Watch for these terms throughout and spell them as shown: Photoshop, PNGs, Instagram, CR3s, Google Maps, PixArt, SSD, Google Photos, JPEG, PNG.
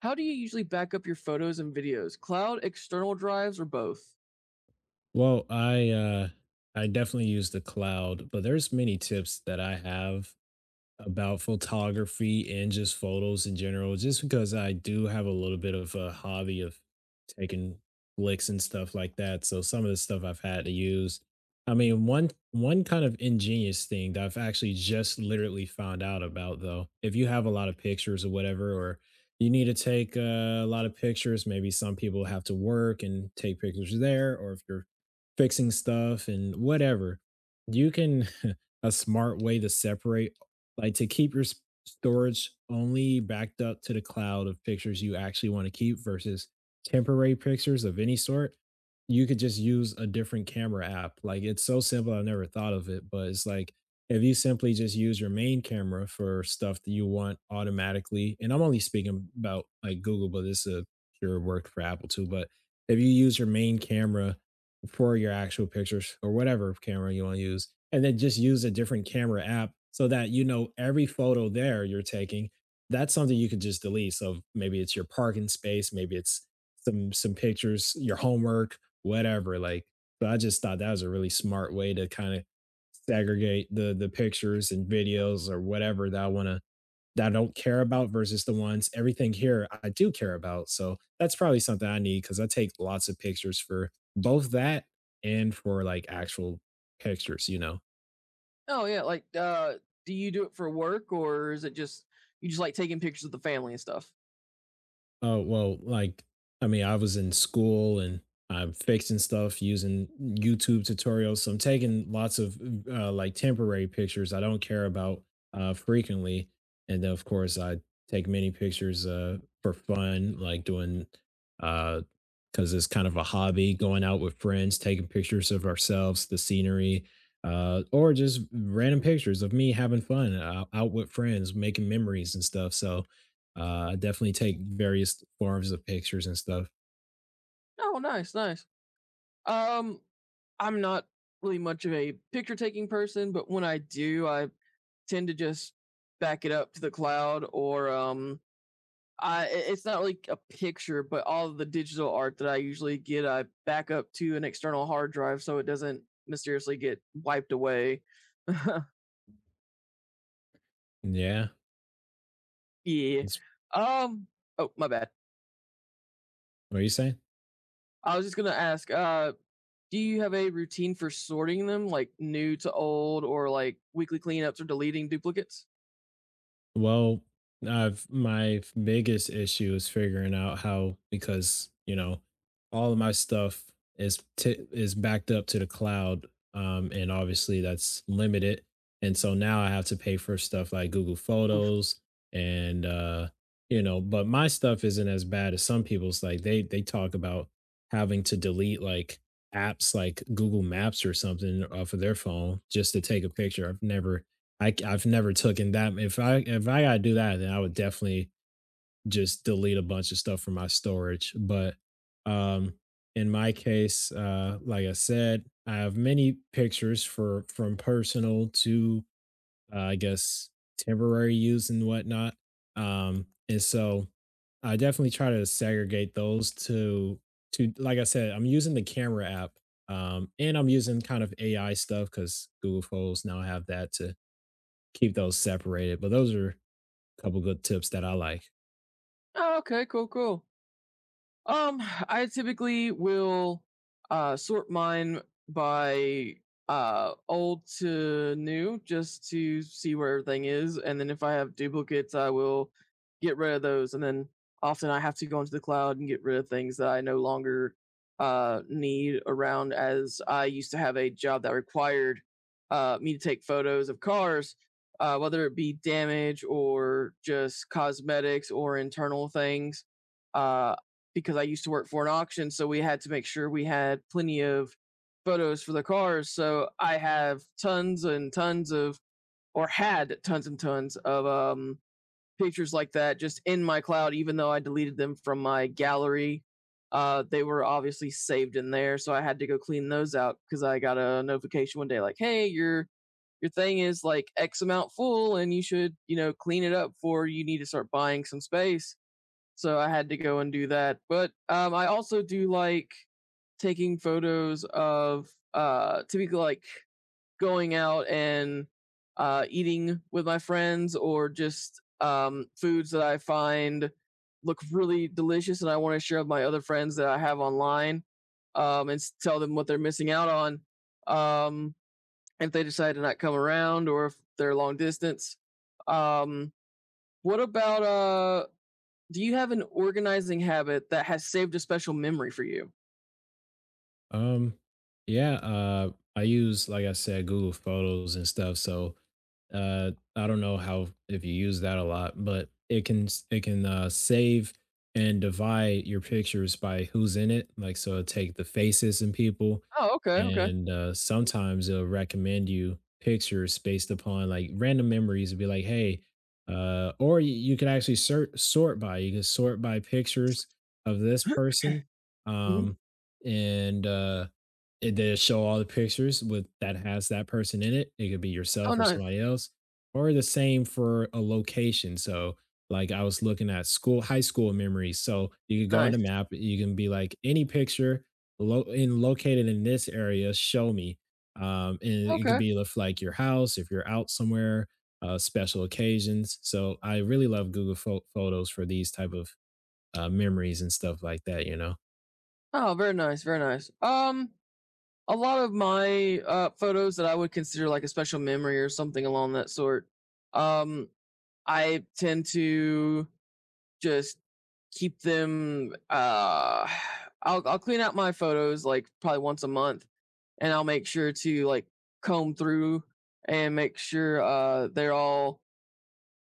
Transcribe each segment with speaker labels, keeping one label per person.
Speaker 1: How do you usually back up your photos and videos? Cloud, external drives, or both?
Speaker 2: Well, I definitely use the cloud, but there's many tips that I have about photography and just photos in general, just because I do have a little bit of a hobby of taking flicks and stuff like that. So some of the stuff I've had to use. I mean, one kind of ingenious thing that I've actually just literally found out about though, if you have a lot of pictures or whatever, or you need to take a lot of pictures, maybe some people have to work and take pictures there, or if you're fixing stuff and whatever, you can a smart way to separate, like to keep your storage only backed up to the cloud of pictures you actually want to keep versus temporary pictures of any sort. You could just use a different camera app. Like, it's so simple, I never thought of it, but it's like, if you simply just use your main camera for stuff that you want automatically, and I'm only speaking about like Google, but this is a pure work for Apple too. But if you use your main camera for your actual pictures or whatever camera you want to use, and then just use a different camera app so that you know every photo there you're taking, that's something you could just delete. So maybe it's your parking space, maybe it's some pictures, your homework, whatever. Like, but I just thought that was a really smart way to kind of segregate the pictures and videos or whatever that I want to, that I don't care about versus the ones everything here I do care about. So that's probably something I need, because I take lots of pictures for both that and for like actual pictures.
Speaker 1: Oh yeah, do you do it for work, or is it just you just like taking pictures of the family and stuff?
Speaker 2: Oh, well, like, I mean, I was in school and I'm fixing stuff using YouTube tutorials. So I'm taking lots of like temporary pictures I don't care about frequently. And then, of course, I take many pictures for fun, like doing, uh, because it's kind of a hobby, going out with friends, taking pictures of ourselves, the scenery, or just random pictures of me having fun out with friends, making memories and stuff. So, I definitely take various forms of pictures and stuff.
Speaker 1: Oh, nice, nice. Um I'm not really much of a picture taking person, but when I do, I tend to just back it up to the cloud, or it's not like a picture, but all of the digital art that I usually get I back up to an external hard drive so it doesn't mysteriously get wiped away.
Speaker 2: Yeah.
Speaker 1: Yeah.
Speaker 2: It's,
Speaker 1: Um. Oh, my bad.
Speaker 2: what are you saying?
Speaker 1: I was just gonna ask. Do you have a routine for sorting them, like new to old, or like weekly cleanups or deleting duplicates?
Speaker 2: Well, I've my biggest issue is figuring out how because, you know, all of my stuff is backed up to the cloud, and obviously that's limited. And so now I have to pay for stuff like Google Photos and you know, but my stuff isn't as bad as some people's. Like, they talk about having to delete like apps like Google Maps or something off of their phone just to take a picture. I have never taken that. If I gotta do that, then I would definitely just delete a bunch of stuff from my storage. But um, in my case, like I said, I have many pictures for from personal to I guess temporary use and whatnot. And so I definitely try to segregate those to, like I said, I'm using the camera app. And I'm using kind of AI stuff because Google Photos now have that to keep those separated. But those are a couple good tips that I like.
Speaker 1: Oh, okay. Cool. Cool. Um, I typically will sort mine by old to new just to see where everything is. And then if I have duplicates, I will get rid of those. And then often I have to go into the cloud and get rid of things that I no longer need around, as I used to have a job that required me to take photos of cars. Whether it be damage or just cosmetics or internal things, uh, because I used to work for an auction, so we had to make sure we had plenty of photos for the cars. So I have tons and tons of, or had tons and tons of pictures like that just in my cloud, even though I deleted them from my gallery. They were obviously saved in there, so I had to go clean those out because I got a notification one day like, "Hey, your thing is like X amount full, and you should you know clean it up before you need to start buying some space." So I had to go and do that. But I also do like taking photos of typically like going out and eating with my friends, or just foods that I find look really delicious and I want to share with my other friends that I have online, and tell them what they're missing out on, um, if they decide to not come around or if they're long distance. Um, what about do you have an organizing habit that has saved a special memory for you?
Speaker 2: Um, yeah, I use, like I said, Google Photos and stuff. So, I don't know how if you use that a lot, but it can save and divide your pictures by who's in it. Like, so it'll take the faces and people,
Speaker 1: Oh, okay, okay.
Speaker 2: and sometimes it'll recommend you pictures based upon like random memories. It'll be like, hey, you could actually sort by. You can sort by pictures of this person.
Speaker 1: Mhm.
Speaker 2: Um, and it, they show all the pictures with that has that person in it. It could be
Speaker 1: Oh,
Speaker 2: yourself or
Speaker 1: nice,
Speaker 2: somebody else, or the same for a location. So, like I was looking at school, high school memories. So you could go on
Speaker 1: nice.
Speaker 2: the map. You can be like any picture lo- in located in this area. Show me. And it could
Speaker 1: Okay.
Speaker 2: be if, like your house, if you're out somewhere, special occasions. So I really love Google Photos for these type of memories and stuff like that. You know.
Speaker 1: Oh, very nice, very nice. A lot of my, photos that I would consider, like, a special memory or something along that sort, um, I tend to just keep them, I'll clean out my photos, like, probably once a month, and I'll make sure to, like, comb through and make sure, they're all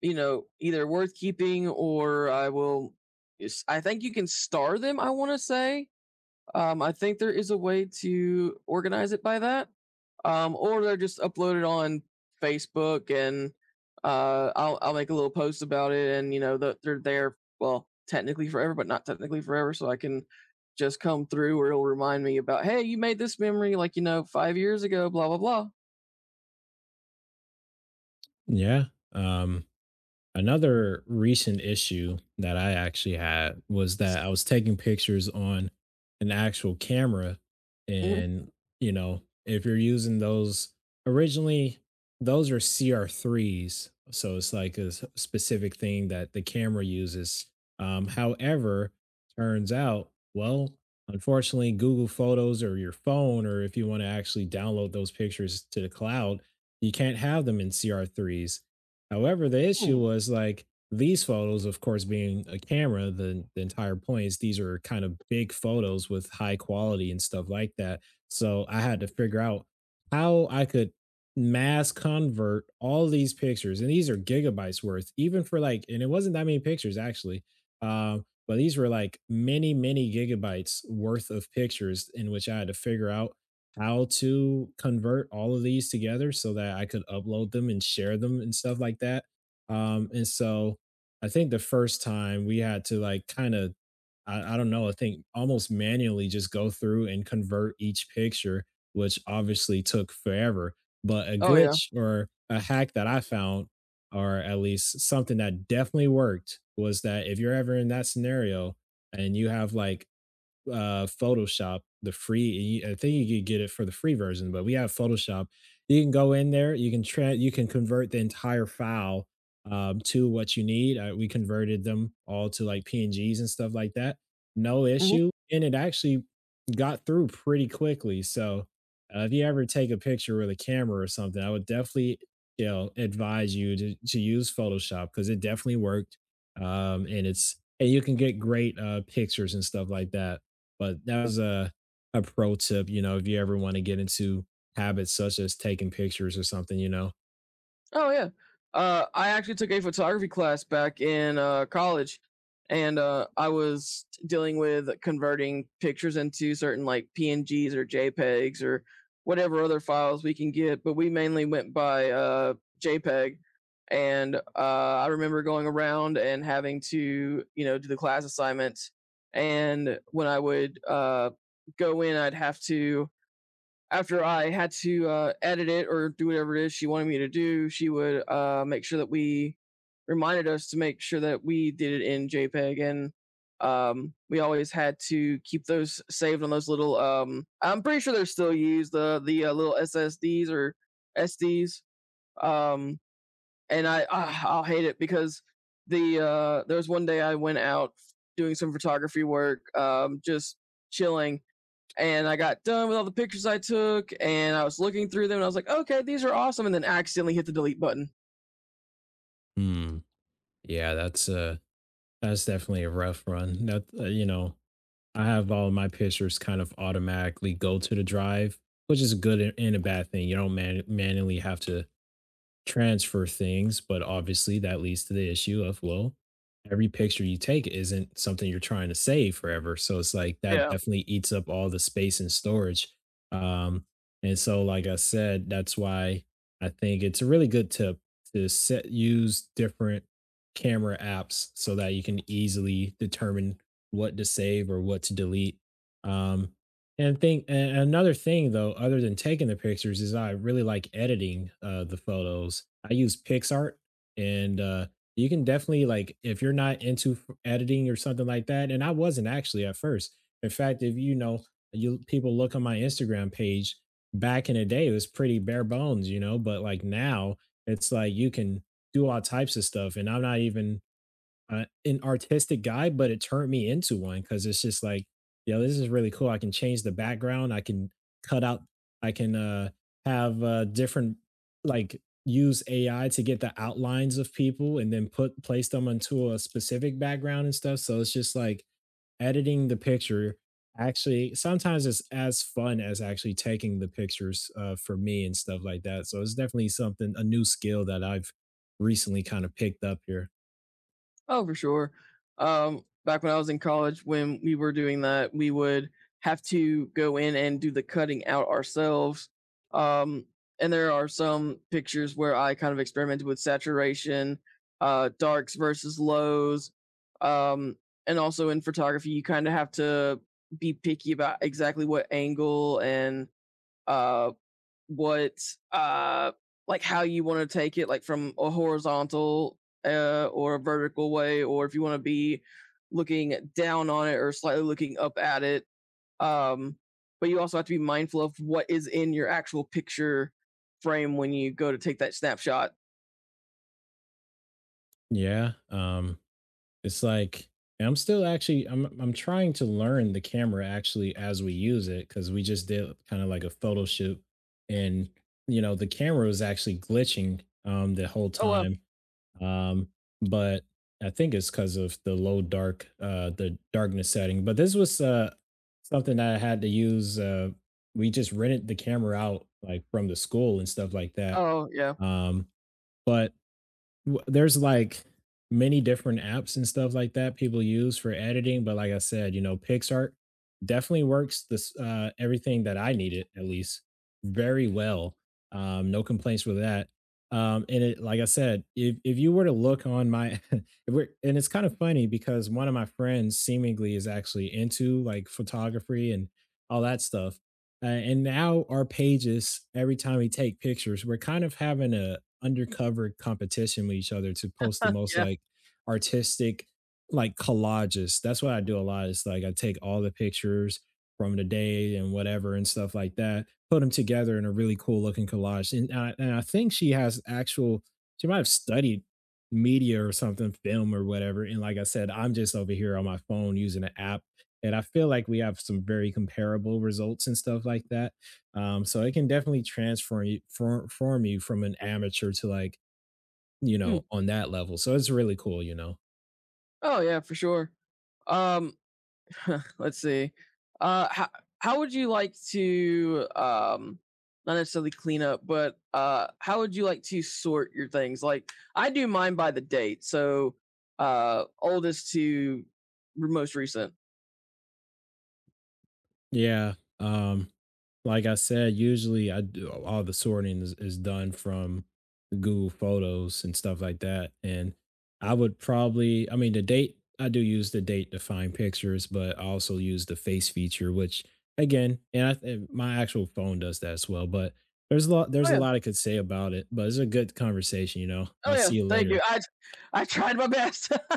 Speaker 1: you know, either worth keeping, or I will. I think you can star them, I want to say. I think there is a way to organize it by that, or they're just uploaded on Facebook, and I'll make a little post about it, and you know, they're there. Well, technically forever, but not technically forever, so I can just come through, or it'll remind me about, hey, you made this memory like you know 5 years ago, blah blah blah.
Speaker 2: Yeah. Um, another recent issue that I actually had was that I was taking pictures on an actual camera
Speaker 1: Hmm.
Speaker 2: and, you know, if you're using those originally, those are CR3s, so it's like a specific thing that the camera uses. However, turns out, well, unfortunately, Google Photos or your phone, or if you want to actually download those pictures to the cloud, you can't have them in CR3s. However, the issue was like these photos, of course, being a camera, the entire point is these are kind of big photos with high quality and stuff like that. So I had to figure out how I could mass convert all these pictures. And these are gigabytes worth, even for like, and it wasn't that many pictures actually. But these were like many, many gigabytes worth of pictures in which I had to figure out how to convert all of these together so that I could upload them and share them and stuff like that. And so I think the first time we had to like kind of, I don't know, I think almost manually just go through and convert each picture, which obviously took forever. But a
Speaker 1: Oh yeah.
Speaker 2: glitch or a hack that I found, or at least something that definitely worked, was that if you're ever in that scenario and you have like Photoshop, the free. I think you could get it for the free version, but we have Photoshop. You can go in there. You can convert the entire file to what you need. We converted them all to like PNGs and stuff like that. No
Speaker 1: Hmm.
Speaker 2: issue, and it actually got through pretty quickly. So if you ever take a picture with a camera or something, I would definitely you know advise you to use Photoshop because it definitely worked. And it's and you can get great pictures and stuff like that, but that was a pro tip, you know, if you ever want to get into habits such as taking pictures or something, you know.
Speaker 1: Oh yeah. I actually took a photography class back in college, and I was dealing with converting pictures into certain like PNGs or JPEGs or whatever other files we can get. But we mainly went by JPEG, and I remember going around and having to you know do the class assignments. And when I would go in, I'd have to after I had to edit it or do whatever it is she wanted me to do, she would make sure that we reminded us to make sure that we did it in JPEG, and we always had to keep those saved on those little. I'm pretty sure they're still used the little SSDs or SDs, um, and I ah, I'll hate it because there was one day I went out doing some photography work, just chilling, and I got done with all the pictures I took, and I was looking through them, and I was like, okay, these are awesome, and then accidentally hit the delete button.
Speaker 2: Hmm. Yeah, that's uh That's definitely a rough run. That you know, I have all my pictures kind of automatically go to the drive, which is a good and a bad thing. You don't manually have to transfer things, but obviously that leads to the issue of, well, every picture you take isn't something you're trying to save forever. So it's like that
Speaker 1: Yeah.
Speaker 2: definitely eats up all the space and storage. Um, and so, like I said, that's why I think it's a really good tip to set use different camera apps so that you can easily determine what to save or what to delete. Um, and think and another thing though, other than taking the pictures, is I really like editing the photos. I use PixArt, and you can definitely like if you're not into editing or something like that. And I wasn't actually at first. In fact, if you know, you people look on my Instagram page. Back in the day, it was pretty bare bones, you know. But like now, it's like you can do all types of stuff, and I'm not even an artistic guy, but it turned me into one because it's just like, yo, this is really cool. I can change the background. I can cut out. I can have different, like, use AI to get the outlines of people and then put place them into a specific background and stuff. So it's just like editing the picture. Actually, sometimes it's as fun as actually taking the pictures for me and stuff like that. So it's definitely something, a new skill that I've recently kind of picked up here.
Speaker 1: Oh, for sure. Back when I was in college, when we were doing that, we would have to go in and do the cutting out ourselves. Um, and there are some pictures where I kind of experimented with saturation, darks versus lows. Um, and also in photography, you kind of have to be picky about exactly what angle, and uh, what uh like how you want to take it, like from a horizontal or a vertical way, or if you want to be looking down on it or slightly looking up at it, um, but you also have to be mindful of what is in your actual picture frame when you go to take that snapshot.
Speaker 2: Yeah, it's like, and I'm still actually I'm trying to learn the camera actually as we use it because we just did kind of like a photo shoot, and you know the camera was actually glitching the whole
Speaker 1: Oh well.
Speaker 2: time, um, but I think it's because of the low dark the darkness setting. But this was something that I had to use. We just rented the camera out like from the school and stuff like that,
Speaker 1: Oh yeah.
Speaker 2: um, but there's like many different apps and stuff like that people use for editing, but like I said, you know, PixArt definitely works. This everything that I needed, at least, very well. No complaints with that. And it, like I said, if you were to look on my if we're, and it's kind of funny because one of my friends seemingly is actually into like photography and all that stuff, and now our pages, every time we take pictures, we're kind of having a undercover competition with each other to post the most,
Speaker 1: Yeah.
Speaker 2: like, artistic, like, collages. That's what I do a lot. It's like I take all the pictures from the day and whatever and stuff like that, put them together in a really cool looking collage, and I think she has actual she might have studied media or something, film or whatever, and like I said, I'm just over here on my phone using an app, and I feel like we have some very comparable results and stuff like that, so it can definitely transform you for form you from an amateur to like, you
Speaker 1: Mm,
Speaker 2: know, on that level. So it's really cool, you know.
Speaker 1: oh yeah, for sure. um Let's see. Uh, how how would you like to not necessarily clean up, but how would you like to sort your things? Like I do mine by the date, so oldest to most recent.
Speaker 2: Yeah, um, like I said, usually I do all the sorting is done from Google Photos and stuff like that. And I would probably, I mean, the date, I do use the date to find pictures, but I also use the face feature, which again, and my actual phone does that as well. But
Speaker 1: Oh
Speaker 2: there's a
Speaker 1: yeah,
Speaker 2: lot I could say about it, but it's a good conversation, you know.
Speaker 1: oh
Speaker 2: I'll
Speaker 1: yeah.
Speaker 2: see you
Speaker 1: Thank you.
Speaker 2: later.
Speaker 1: I tried my best.